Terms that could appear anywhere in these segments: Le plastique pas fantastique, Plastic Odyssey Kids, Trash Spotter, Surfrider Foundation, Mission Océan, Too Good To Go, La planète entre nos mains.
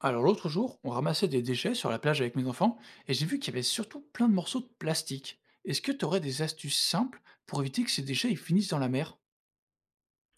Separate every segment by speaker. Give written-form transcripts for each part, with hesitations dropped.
Speaker 1: Alors l'autre jour, on ramassait des déchets sur la plage avec mes enfants et j'ai vu qu'il y avait surtout plein de morceaux de plastique. Est-ce que tu aurais des astuces simples pour éviter que ces déchets ils finissent dans la mer.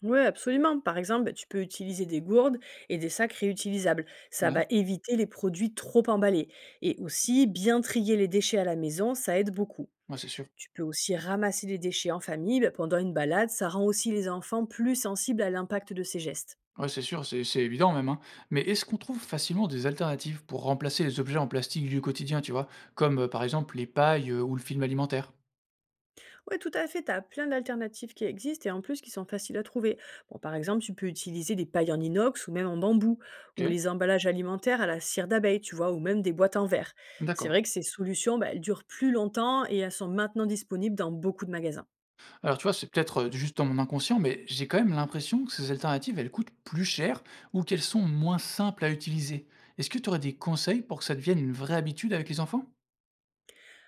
Speaker 2: Ouais, absolument. Par exemple, tu peux utiliser des gourdes et des sacs réutilisables. Ça
Speaker 1: Ouais,
Speaker 2: va éviter les produits trop emballés. Et aussi, bien trier les déchets à la maison, ça aide beaucoup.
Speaker 1: ouais, c'est sûr.
Speaker 2: Tu peux aussi ramasser les déchets en famille pendant une balade. Ça rend aussi les enfants plus sensibles à l'impact de ces gestes.
Speaker 1: Ouais, c'est sûr, c'est évident même, hein. Mais est-ce qu'on trouve facilement des alternatives pour remplacer les objets en plastique du quotidien, tu vois, comme par exemple les pailles, ou le film alimentaire.
Speaker 2: Ouais, tout à fait. Tu as plein d'alternatives qui existent et en plus qui sont faciles à trouver. Bon, par exemple, tu peux utiliser des pailles en inox ou même en bambou, ou
Speaker 1: Ok,
Speaker 2: les emballages alimentaires à la cire d'abeille, tu vois, ou même des boîtes en verre. C'est
Speaker 1: d'accord.
Speaker 2: vrai que ces solutions, elles durent plus longtemps et elles sont maintenant disponibles dans beaucoup de magasins.
Speaker 1: Alors tu vois, c'est peut-être, juste dans mon inconscient, mais j'ai quand même l'impression que ces alternatives, elles coûtent plus cher ou qu'elles sont moins simples à utiliser. Est-ce que tu aurais des conseils pour que ça devienne une vraie habitude avec les enfants?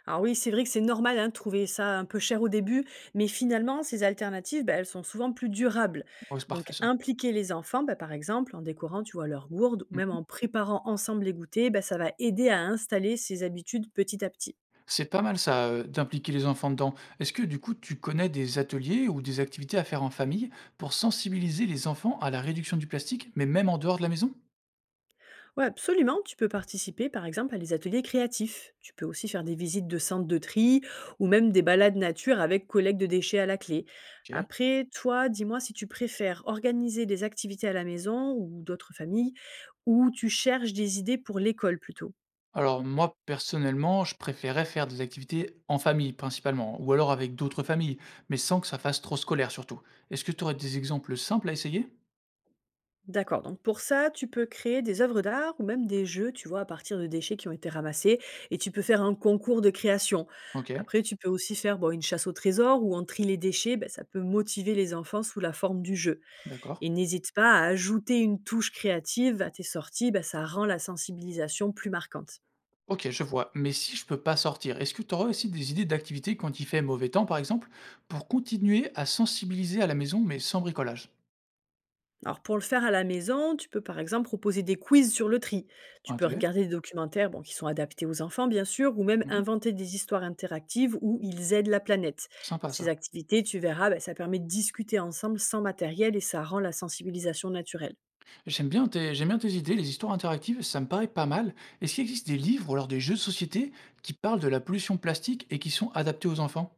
Speaker 2: Alors oui, c'est vrai que c'est normal hein, de trouver ça un peu cher au début, mais finalement, ces alternatives, elles sont souvent plus durables.
Speaker 1: Ouais, c'est
Speaker 2: Donc,
Speaker 1: parfait ça.
Speaker 2: impliquer les enfants, par exemple, en décorant, tu vois, leur gourde ou même
Speaker 1: Mmh.
Speaker 2: en préparant ensemble les goûters, ça va aider à installer ces habitudes petit à petit.
Speaker 1: C'est pas mal ça, d'impliquer les enfants dedans. Est-ce que du coup, tu connais des ateliers ou des activités à faire en famille pour sensibiliser les enfants à la réduction du plastique, mais même en dehors de la maison?
Speaker 2: Ouais, absolument. Tu peux participer, par exemple, à des ateliers créatifs. Tu peux aussi faire des visites de centres de tri ou même des balades nature avec collègues de déchets à la clé.
Speaker 1: OK.
Speaker 2: Après, toi, dis-moi si tu préfères organiser des activités à la maison ou d'autres familles ou tu cherches des idées pour l'école plutôt.
Speaker 1: Alors moi, personnellement, je préférais faire des activités en famille principalement, ou alors avec d'autres familles, mais sans que ça fasse trop scolaire surtout. Est-ce que tu aurais des exemples simples à essayer?
Speaker 2: D'accord, donc pour ça, tu peux créer des œuvres d'art ou même des jeux, tu vois, à partir de déchets qui ont été ramassés, et tu peux faire un concours de création.
Speaker 1: Ok,
Speaker 2: Après, tu peux aussi faire bon, une chasse au trésor ou en tri les déchets, ça peut motiver les enfants sous la forme du jeu.
Speaker 1: d'accord.
Speaker 2: Et n'hésite pas à ajouter une touche créative à tes sorties, ça rend la sensibilisation plus marquante.
Speaker 1: Ok, je vois. Mais si je peux pas sortir, est-ce que tu aurais aussi des idées d'activités quand il fait mauvais temps, par exemple, pour continuer à sensibiliser à la maison, mais sans bricolage?
Speaker 2: Alors pour le faire à la maison, tu peux par exemple proposer des quiz sur le tri. Tu
Speaker 1: Ah,
Speaker 2: peux
Speaker 1: ok.
Speaker 2: regarder des documentaires bon, qui sont adaptés aux enfants, bien sûr, ou même
Speaker 1: Mhm.
Speaker 2: inventer des histoires interactives où ils aident la planète.
Speaker 1: Sympa
Speaker 2: Ces
Speaker 1: ça.
Speaker 2: activités, tu verras, ça permet de discuter ensemble sans matériel et ça rend la sensibilisation naturelle.
Speaker 1: J'aime bien tes idées, les histoires interactives, ça me paraît pas mal. Est-ce qu'il existe des livres ou alors des jeux de société qui parlent de la pollution plastique et qui sont adaptés aux enfants?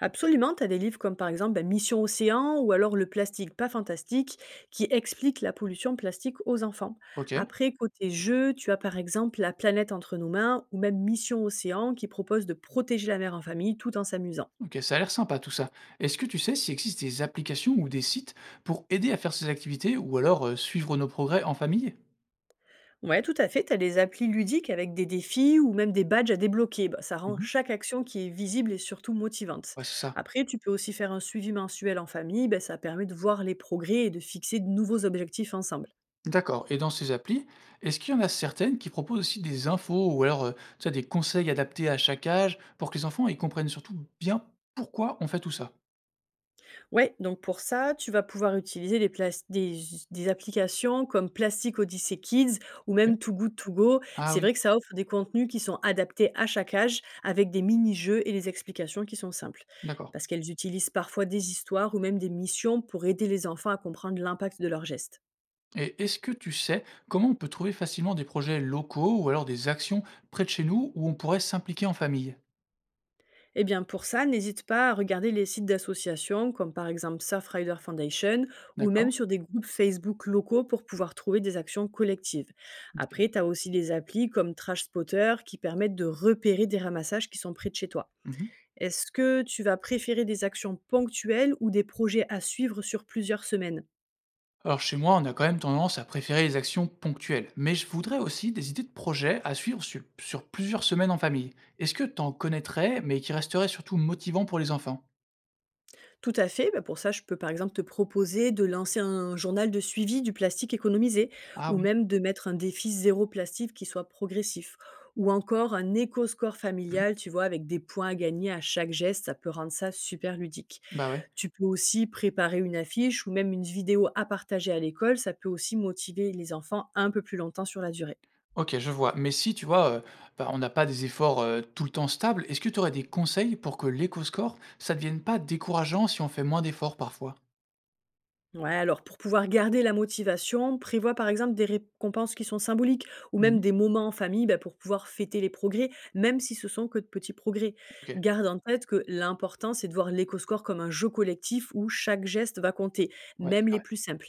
Speaker 2: Absolument, tu as des livres comme par exemple Mission Océan ou alors Le plastique pas fantastique qui explique la pollution plastique aux enfants.
Speaker 1: OK.
Speaker 2: Après, côté jeu, tu as par exemple La planète entre nos mains ou même Mission Océan qui propose de protéger la mer en famille tout en s'amusant.
Speaker 1: OK, ça a l'air sympa tout ça. Est-ce que tu sais s'il existe des applications ou des sites pour aider à faire ces activités ou alors, suivre nos progrès en famille?
Speaker 2: Ouais, tout à fait, tu as des applis ludiques avec des défis ou même des badges à débloquer. Bah, ça rend
Speaker 1: Mmh.
Speaker 2: chaque action qui est visible et surtout motivante.
Speaker 1: Ouais, c'est ça.
Speaker 2: Après, tu peux aussi faire un suivi mensuel en famille, ça permet de voir les progrès et de fixer de nouveaux objectifs ensemble.
Speaker 1: D'accord, et dans ces applis, est-ce qu'il y en a certaines qui proposent aussi des infos ou alors, tu sais, des conseils adaptés à chaque âge pour que les enfants, ils comprennent surtout bien pourquoi on fait tout ça?
Speaker 2: Ouais, donc pour ça, tu vas pouvoir utiliser des applications comme Plastic Odyssey Kids ou
Speaker 1: OK.
Speaker 2: même Too Good To Go.
Speaker 1: Ah
Speaker 2: C'est
Speaker 1: oui,
Speaker 2: vrai que ça offre des contenus qui sont adaptés à chaque âge avec des mini-jeux et des explications qui sont simples.
Speaker 1: d'accord,
Speaker 2: Parce qu'elles utilisent parfois des histoires ou même des missions pour aider les enfants à comprendre l'impact de leurs gestes.
Speaker 1: et est-ce que tu sais comment on peut trouver facilement des projets locaux ou alors des actions près de chez nous où on pourrait s'impliquer en famille?
Speaker 2: Eh bien pour ça, n'hésite pas à regarder les sites d'associations comme par exemple Surfrider Foundation ou même
Speaker 1: D'accord.
Speaker 2: sur des groupes Facebook locaux pour pouvoir trouver des actions collectives.
Speaker 1: OK.
Speaker 2: Après, tu as aussi des applis comme Trash Spotter qui permettent de repérer des ramassages qui sont près de chez toi.
Speaker 1: Mmh.
Speaker 2: Est-ce que tu vas préférer des actions ponctuelles ou des projets à suivre sur plusieurs semaines?
Speaker 1: Alors chez moi, on a quand même tendance à préférer les actions ponctuelles, mais je voudrais aussi des idées de projets à suivre sur plusieurs semaines en famille. Est-ce que t'en connaîtrais, mais qui resteraient surtout motivants pour les enfants?
Speaker 2: Tout à fait. Bah, pour ça, je peux par exemple te proposer de lancer un journal de suivi du plastique économisé
Speaker 1: Ah
Speaker 2: ou
Speaker 1: oui.
Speaker 2: même de mettre un défi zéro plastique qui soit progressif. Ou encore un éco-score
Speaker 1: Hmm.
Speaker 2: familial, tu vois, avec des points à gagner à chaque geste, ça peut rendre ça super ludique.
Speaker 1: Bah ouais.
Speaker 2: Tu peux aussi préparer une affiche ou même une vidéo à partager à l'école, ça peut aussi motiver les enfants un peu plus longtemps sur la durée.
Speaker 1: Ok, je vois. Mais si, tu vois, bah, on n'a pas des efforts tout le temps stables, est-ce que tu aurais des conseils pour que l'éco-score, ça devienne pas décourageant si on fait moins d'efforts parfois?
Speaker 2: Ouais, alors pour pouvoir garder la motivation, prévois par exemple des récompenses qui sont symboliques ou même
Speaker 1: Mhm.
Speaker 2: des moments en famille pour pouvoir fêter les progrès, même si ce sont que de petits progrès.
Speaker 1: Ok.
Speaker 2: Garde en tête que l'important, c'est de voir l'éco-score comme un jeu collectif où chaque geste va compter,
Speaker 1: Ouais,
Speaker 2: même
Speaker 1: c'est
Speaker 2: les
Speaker 1: vrai.
Speaker 2: plus simples.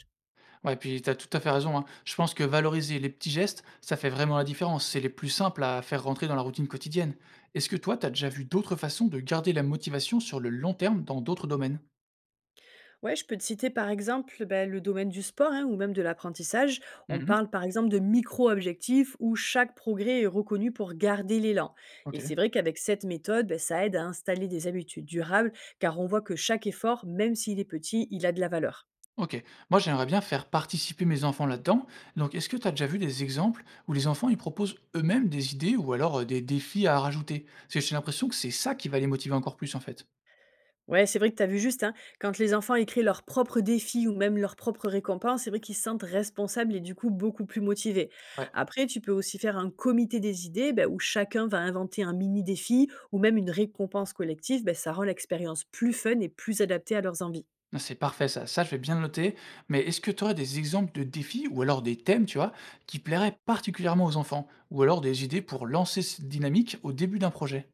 Speaker 1: Ouais, puis tu as tout à fait raison, hein. Je pense que valoriser les petits gestes, ça fait vraiment la différence. C'est les plus simples à faire rentrer dans la routine quotidienne. Est-ce que toi, tu as déjà vu d'autres façons de garder la motivation sur le long terme dans d'autres domaines?
Speaker 2: Ouais, je peux te citer par exemple le domaine du sport hein, ou même de l'apprentissage. On
Speaker 1: Mmh.
Speaker 2: parle par exemple de micro-objectifs où chaque progrès est reconnu pour garder l'élan. Et
Speaker 1: OK.
Speaker 2: c'est vrai qu'avec cette méthode, ça aide à installer des habitudes durables car on voit que chaque effort, même s'il est petit, il a de la valeur.
Speaker 1: OK. Moi, j'aimerais bien faire participer mes enfants là-dedans. Donc, est-ce que tu as déjà vu des exemples où les enfants, ils proposent eux-mêmes des idées ou alors, des défis à rajouter? Parce que j'ai l'impression que c'est ça qui va les motiver encore plus, en fait.
Speaker 2: Ouais, c'est vrai que tu as vu juste, hein. Quand les enfants écrivent leurs propres défis ou même leurs propres récompenses, c'est vrai qu'ils se sentent responsables et du coup beaucoup plus motivés.
Speaker 1: Ouais.
Speaker 2: Après, tu peux aussi faire un comité des idées où chacun va inventer un mini défi ou même une récompense collective. Ben, ça rend l'expérience plus fun et plus adaptée à leurs envies.
Speaker 1: Ah, c'est parfait ça, ça je vais bien le noter, mais est-ce que tu aurais des exemples de défis ou alors des thèmes, tu vois, qui plairaient particulièrement aux enfants, ou alors des idées pour lancer cette dynamique au début d'un projet?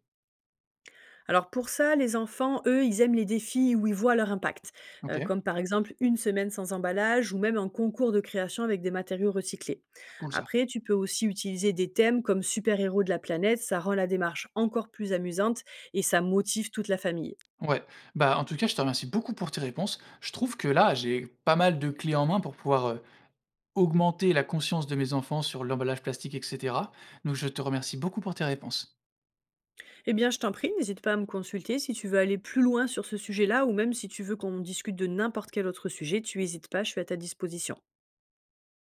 Speaker 2: Alors pour ça, les enfants, eux, ils aiment les défis où ils voient leur impact,
Speaker 1: Ok,
Speaker 2: comme par exemple une semaine sans emballage ou même un concours de création avec des matériaux recyclés.
Speaker 1: cool ça.
Speaker 2: Après, tu peux aussi utiliser des thèmes comme super-héros de la planète, ça rend la démarche encore plus amusante et ça motive toute la famille.
Speaker 1: Ouais, bah en tout cas je te remercie beaucoup pour tes réponses. Je trouve que là j'ai pas mal de clés en main pour pouvoir augmenter la conscience de mes enfants sur l'emballage plastique, etc. Donc je te remercie beaucoup pour tes réponses.
Speaker 2: Eh bien, je t'en prie, n'hésite pas à me consulter si tu veux aller plus loin sur ce sujet-là ou même si tu veux qu'on discute de n'importe quel autre sujet, tu n'hésites pas, je suis à ta disposition.